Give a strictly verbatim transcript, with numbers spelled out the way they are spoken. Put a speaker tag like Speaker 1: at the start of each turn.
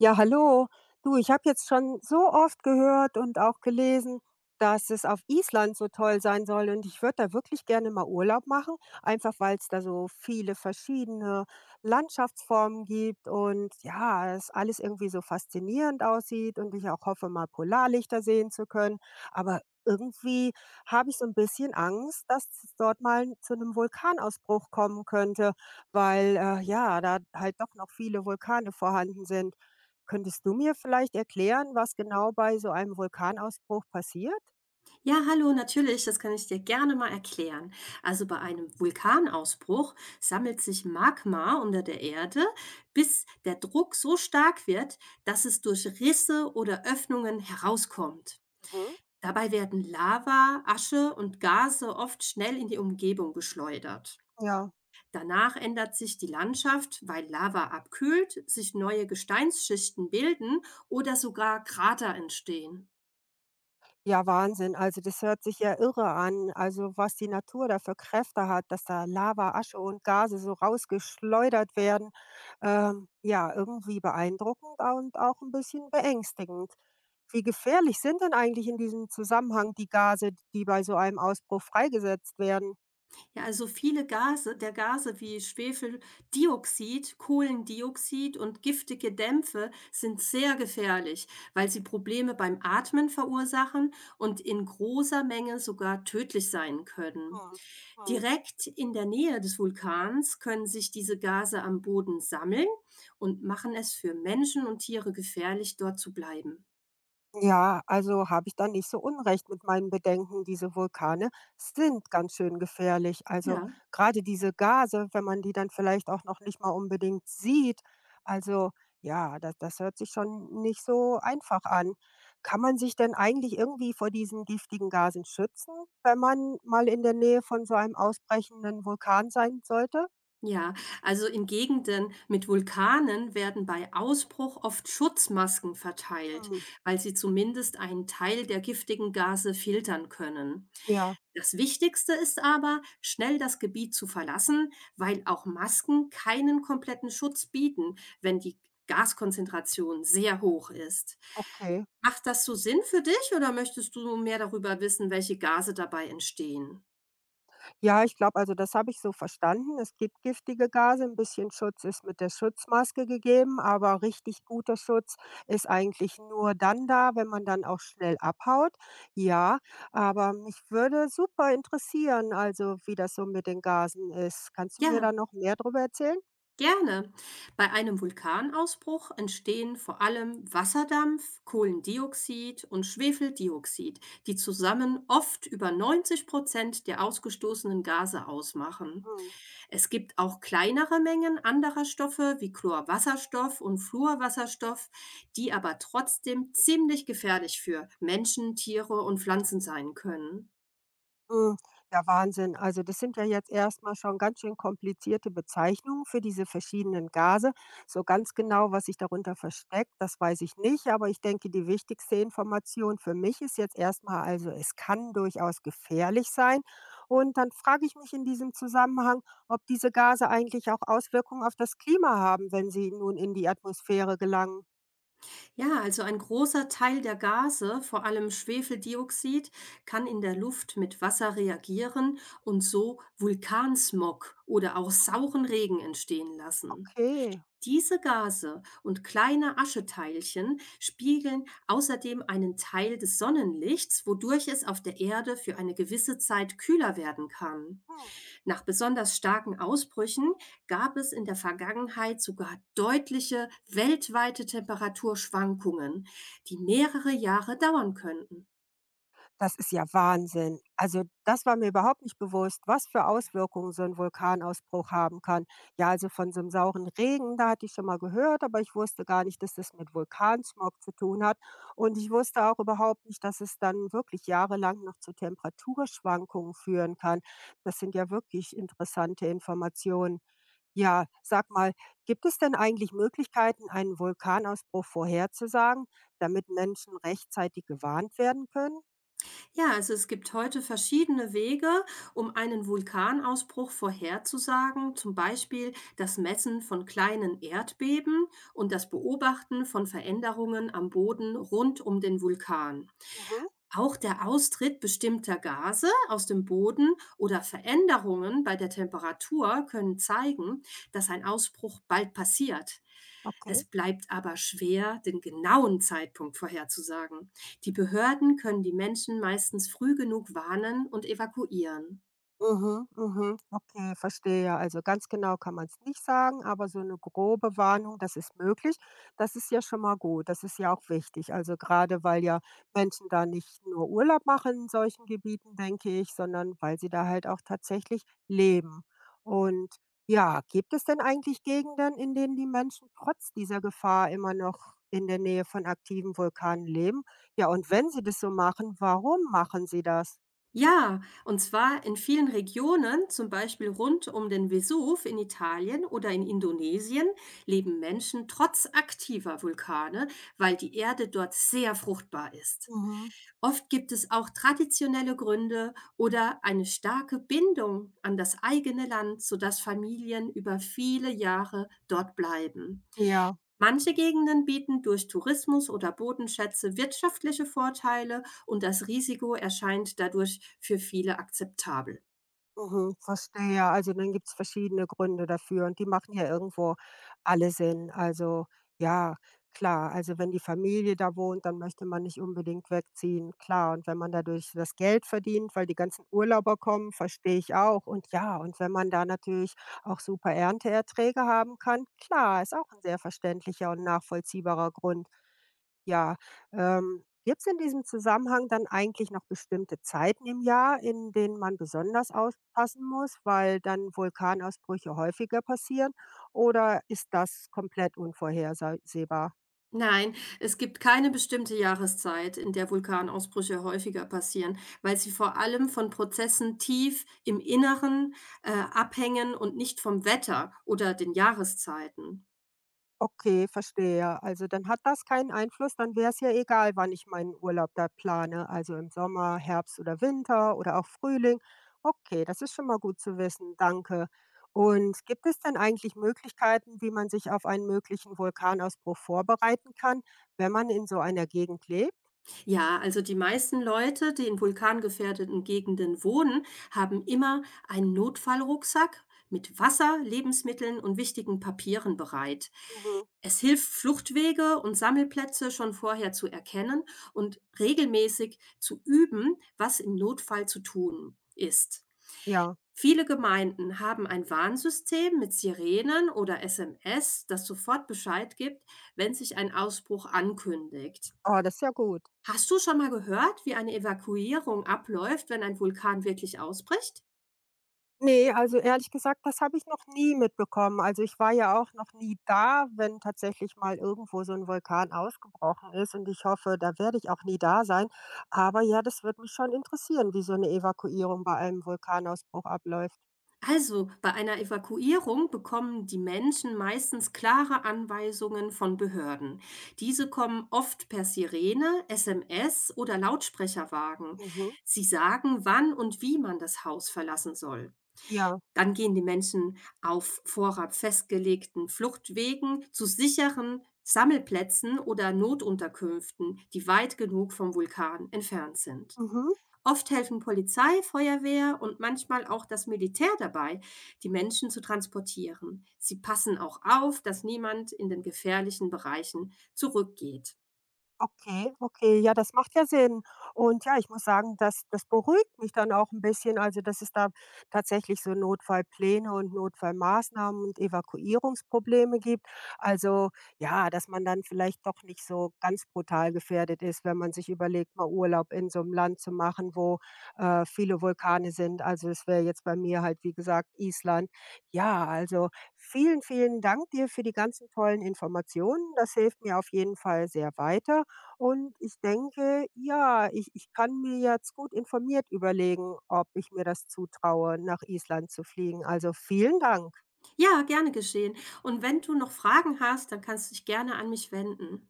Speaker 1: Ja, hallo. Du, ich habe jetzt schon so oft gehört und auch gelesen, dass es auf Island so toll sein soll. Und ich würde da wirklich gerne mal Urlaub machen, einfach weil es da so viele verschiedene Landschaftsformen gibt und ja, es alles irgendwie so faszinierend aussieht und ich auch hoffe, mal Polarlichter sehen zu können. Aber irgendwie habe ich so ein bisschen Angst, dass es dort mal zu einem Vulkanausbruch kommen könnte, weil äh, ja, da halt doch noch viele Vulkane vorhanden sind. Könntest du mir vielleicht erklären, was genau bei so einem Vulkanausbruch passiert?
Speaker 2: Ja, hallo, natürlich, das kann ich dir gerne mal erklären. Also bei einem Vulkanausbruch sammelt sich Magma unter der Erde, bis der Druck so stark wird, dass es durch Risse oder Öffnungen herauskommt.
Speaker 1: Mhm.
Speaker 2: Dabei werden Lava, Asche und Gase oft schnell in die Umgebung geschleudert.
Speaker 1: Ja.
Speaker 2: Danach ändert sich die Landschaft, weil Lava abkühlt, sich neue Gesteinsschichten bilden oder sogar Krater entstehen.
Speaker 1: Ja, Wahnsinn. Also das hört sich ja irre an. Also was die Natur da für Kräfte hat, dass da Lava, Asche und Gase so rausgeschleudert werden. Ähm, ja, irgendwie beeindruckend und auch ein bisschen beängstigend. Wie gefährlich sind denn eigentlich in diesem Zusammenhang die Gase, die bei so einem Ausbruch freigesetzt werden?
Speaker 2: Ja, also viele Gase der Gase wie Schwefeldioxid, Kohlendioxid und giftige Dämpfe sind sehr gefährlich, weil sie Probleme beim Atmen verursachen und in großer Menge sogar tödlich sein können.
Speaker 1: Hm. Hm.
Speaker 2: Direkt in der Nähe des Vulkans können sich diese Gase am Boden sammeln und machen es für Menschen und Tiere gefährlich, dort zu bleiben.
Speaker 1: Ja, also habe ich da nicht so unrecht mit meinen Bedenken. Diese Vulkane sind ganz schön gefährlich. Also
Speaker 2: Ja.
Speaker 1: gerade diese Gase, wenn man die dann vielleicht auch noch nicht mal unbedingt sieht. Also ja, das, das hört sich schon nicht so einfach an. Kann man sich denn eigentlich irgendwie vor diesen giftigen Gasen schützen, wenn man mal in der Nähe von so einem ausbrechenden Vulkan sein sollte?
Speaker 2: Ja, also in Gegenden mit Vulkanen werden bei Ausbruch oft Schutzmasken verteilt,
Speaker 1: Hm,
Speaker 2: weil sie zumindest einen Teil der giftigen Gase filtern können.
Speaker 1: ja,
Speaker 2: Das Wichtigste ist aber, schnell das Gebiet zu verlassen, weil auch Masken keinen kompletten Schutz bieten, wenn die Gaskonzentration sehr hoch ist.
Speaker 1: okay.
Speaker 2: Macht das so Sinn für dich oder möchtest du mehr darüber wissen, welche Gase dabei entstehen?
Speaker 1: Ja, ich glaube, also das habe ich so verstanden. Es gibt giftige Gase, ein bisschen Schutz ist mit der Schutzmaske gegeben, aber richtig guter Schutz ist eigentlich nur dann da, wenn man dann auch schnell abhaut. Ja, aber mich würde super interessieren, also wie das so mit den Gasen ist. Kannst du mir da
Speaker 2: Ja.
Speaker 1: noch mehr darüber erzählen?
Speaker 2: Gerne. Bei einem Vulkanausbruch entstehen vor allem Wasserdampf, Kohlendioxid und Schwefeldioxid, die zusammen oft über neunzig Prozent der ausgestoßenen Gase ausmachen.
Speaker 1: Mhm.
Speaker 2: Es gibt auch kleinere Mengen anderer Stoffe wie Chlorwasserstoff und Fluorwasserstoff, die aber trotzdem ziemlich gefährlich für Menschen, Tiere und Pflanzen sein können.
Speaker 1: Hm, ja, Wahnsinn. Also das sind ja jetzt erstmal schon ganz schön komplizierte Bezeichnungen für diese verschiedenen Gase. So ganz genau, was sich darunter versteckt, das weiß ich nicht. Aber ich denke, die wichtigste Information für mich ist jetzt erstmal: Also, es kann durchaus gefährlich sein. Und dann frage ich mich in diesem Zusammenhang, ob diese Gase eigentlich auch Auswirkungen auf das Klima haben, wenn sie nun in die Atmosphäre gelangen.
Speaker 2: Ja, also ein großer Teil der Gase, vor allem Schwefeldioxid, kann in der Luft mit Wasser reagieren und so Vulkansmog oder auch
Speaker 1: Hm,
Speaker 2: sauren Regen entstehen lassen.
Speaker 1: okay.
Speaker 2: Diese Gase und kleine Ascheteilchen spiegeln außerdem einen Teil des Sonnenlichts, wodurch es auf der Erde für eine gewisse Zeit kühler werden kann.
Speaker 1: Hm.
Speaker 2: Nach besonders starken Ausbrüchen gab es in der Vergangenheit sogar deutliche weltweite Temperaturschwankungen, die mehrere Jahre dauern könnten.
Speaker 1: Das ist ja Wahnsinn. Also das war mir überhaupt nicht bewusst, was für Auswirkungen so ein Vulkanausbruch haben kann. Ja, also von so 'nem sauren Regen, da hatte ich schon mal gehört, aber ich wusste gar nicht, dass das mit Vulkansmog zu tun hat. Und ich wusste auch überhaupt nicht, dass es dann wirklich jahrelang noch zu Temperaturschwankungen führen kann. Das sind ja wirklich interessante Informationen. Ja, sag mal, gibt es denn eigentlich Möglichkeiten, einen Vulkanausbruch vorherzusagen, damit Menschen rechtzeitig gewarnt werden können?
Speaker 2: Ja, also es gibt heute verschiedene Wege, um einen Vulkanausbruch vorherzusagen, zum Beispiel das Messen von kleinen Erdbeben und das Beobachten von Veränderungen am Boden rund um den Vulkan.
Speaker 1: Mhm.
Speaker 2: Auch der Austritt bestimmter Gase aus dem Boden oder Veränderungen bei der Temperatur können zeigen, dass ein Ausbruch bald passiert.
Speaker 1: Okay.
Speaker 2: Es bleibt aber schwer, den genauen Zeitpunkt vorherzusagen. Die Behörden können die Menschen meistens früh genug warnen und evakuieren.
Speaker 1: Mhm, mhm. Okay, verstehe. Ja. Also ganz genau kann man es nicht sagen, aber so eine grobe Warnung, das ist möglich. Das ist ja schon mal gut. Das ist ja auch wichtig. Also gerade weil ja Menschen da nicht nur Urlaub machen in solchen Gebieten, denke ich, sondern weil sie da halt auch tatsächlich leben. Und ja, gibt es denn eigentlich Gegenden, in denen die Menschen trotz dieser Gefahr immer noch in der Nähe von aktiven Vulkanen leben? Ja, und wenn sie das so machen, warum machen sie das?
Speaker 2: Ja, und zwar in vielen Regionen, zum Beispiel rund um den Vesuv in Italien oder in Indonesien, leben Menschen trotz aktiver Vulkane, weil die Erde dort sehr fruchtbar ist.
Speaker 1: Mhm,
Speaker 2: Oft gibt es auch traditionelle Gründe oder eine starke Bindung an das eigene Land, sodass Familien über viele Jahre dort bleiben.
Speaker 1: ja.
Speaker 2: Manche Gegenden bieten durch Tourismus oder Bodenschätze wirtschaftliche Vorteile und das Risiko erscheint dadurch für viele akzeptabel.
Speaker 1: Mhm, verstehe. Also dann gibt's verschiedene Gründe dafür und die machen ja irgendwo alle Sinn. Also ja, klar. Also wenn die Familie da wohnt, dann möchte man nicht unbedingt wegziehen, klar. Und wenn man dadurch das Geld verdient, weil die ganzen Urlauber kommen, verstehe ich auch. Und ja, und wenn man da natürlich auch super Ernteerträge haben kann, klar, ist auch ein sehr verständlicher und nachvollziehbarer Grund. Ja, ähm gibt es in diesem Zusammenhang dann eigentlich noch bestimmte Zeiten im Jahr, in denen man besonders aufpassen muss, weil dann Vulkanausbrüche häufiger passieren? Oder ist das komplett unvorhersehbar?
Speaker 2: Nein, es gibt keine bestimmte Jahreszeit, in der Vulkanausbrüche häufiger passieren, weil sie vor allem von Prozessen tief im Inneren äh, abhängen und nicht vom Wetter oder den Jahreszeiten.
Speaker 1: Okay, verstehe. Also dann hat das keinen Einfluss, dann wäre es ja egal, wann ich meinen Urlaub da plane, also im Sommer, Herbst oder Winter oder auch Frühling. Okay, das ist schon mal gut zu wissen, danke. Und gibt es denn eigentlich Möglichkeiten, wie man sich auf einen möglichen Vulkanausbruch vorbereiten kann, wenn man in so einer Gegend lebt?
Speaker 2: Ja, also die meisten Leute, die in vulkangefährdeten Gegenden wohnen, haben immer einen Notfallrucksack mit Wasser, Lebensmitteln und wichtigen Papieren bereit.
Speaker 1: Mhm.
Speaker 2: Es hilft, Fluchtwege und Sammelplätze schon vorher zu erkennen und regelmäßig zu üben, was im Notfall zu tun ist.
Speaker 1: Ja,
Speaker 2: Viele Gemeinden haben ein Warnsystem mit Sirenen oder S M S, das sofort Bescheid gibt, wenn sich ein Ausbruch ankündigt.
Speaker 1: oh, das ist ja gut.
Speaker 2: Hast du schon mal gehört, wie eine Evakuierung abläuft, wenn ein Vulkan wirklich ausbricht?
Speaker 1: Ne, also ehrlich gesagt, das habe ich noch nie mitbekommen. Also ich war ja auch noch nie da, wenn tatsächlich mal irgendwo so ein Vulkan ausgebrochen ist und ich hoffe, da werde ich auch nie da sein. Aber ja, das würde mich schon interessieren, wie so eine Evakuierung bei einem Vulkanausbruch abläuft.
Speaker 2: Also, bei einer Evakuierung bekommen die Menschen meistens klare Anweisungen von Behörden. Diese kommen oft per Sirene, S M S oder Lautsprecherwagen.
Speaker 1: Mhm.
Speaker 2: Sie sagen, wann und wie man das Haus verlassen soll.
Speaker 1: Ja.
Speaker 2: Dann gehen die Menschen auf Vorrat festgelegten Fluchtwegen zu sicheren Sammelplätzen oder Notunterkünften, die weit genug vom Vulkan entfernt sind.
Speaker 1: Mhm.
Speaker 2: Oft helfen Polizei, Feuerwehr und manchmal auch das Militär dabei, die Menschen zu transportieren. Sie passen auch auf, dass niemand in den gefährlichen Bereichen zurückgeht.
Speaker 1: Okay, okay, ja, das macht ja Sinn. Und ja, ich muss sagen, das das beruhigt mich dann auch ein bisschen, also dass es da tatsächlich so Notfallpläne und Notfallmaßnahmen und Evakuierungsprobleme gibt. Also ja, dass man dann vielleicht doch nicht so ganz brutal gefährdet ist, wenn man sich überlegt, mal Urlaub in so einem Land zu machen, wo äh, viele Vulkane sind. Also es wäre jetzt bei mir halt, wie gesagt, Island. Ja, also vielen, vielen Dank dir für die ganzen tollen Informationen. Das hilft mir auf jeden Fall sehr weiter. Und ich denke, ja, ich ich kann mir jetzt gut informiert überlegen, ob ich mir das zutraue, nach Island zu fliegen. Also vielen Dank.
Speaker 2: Ja, gerne geschehen. Und wenn du noch Fragen hast, dann kannst du dich gerne an mich wenden.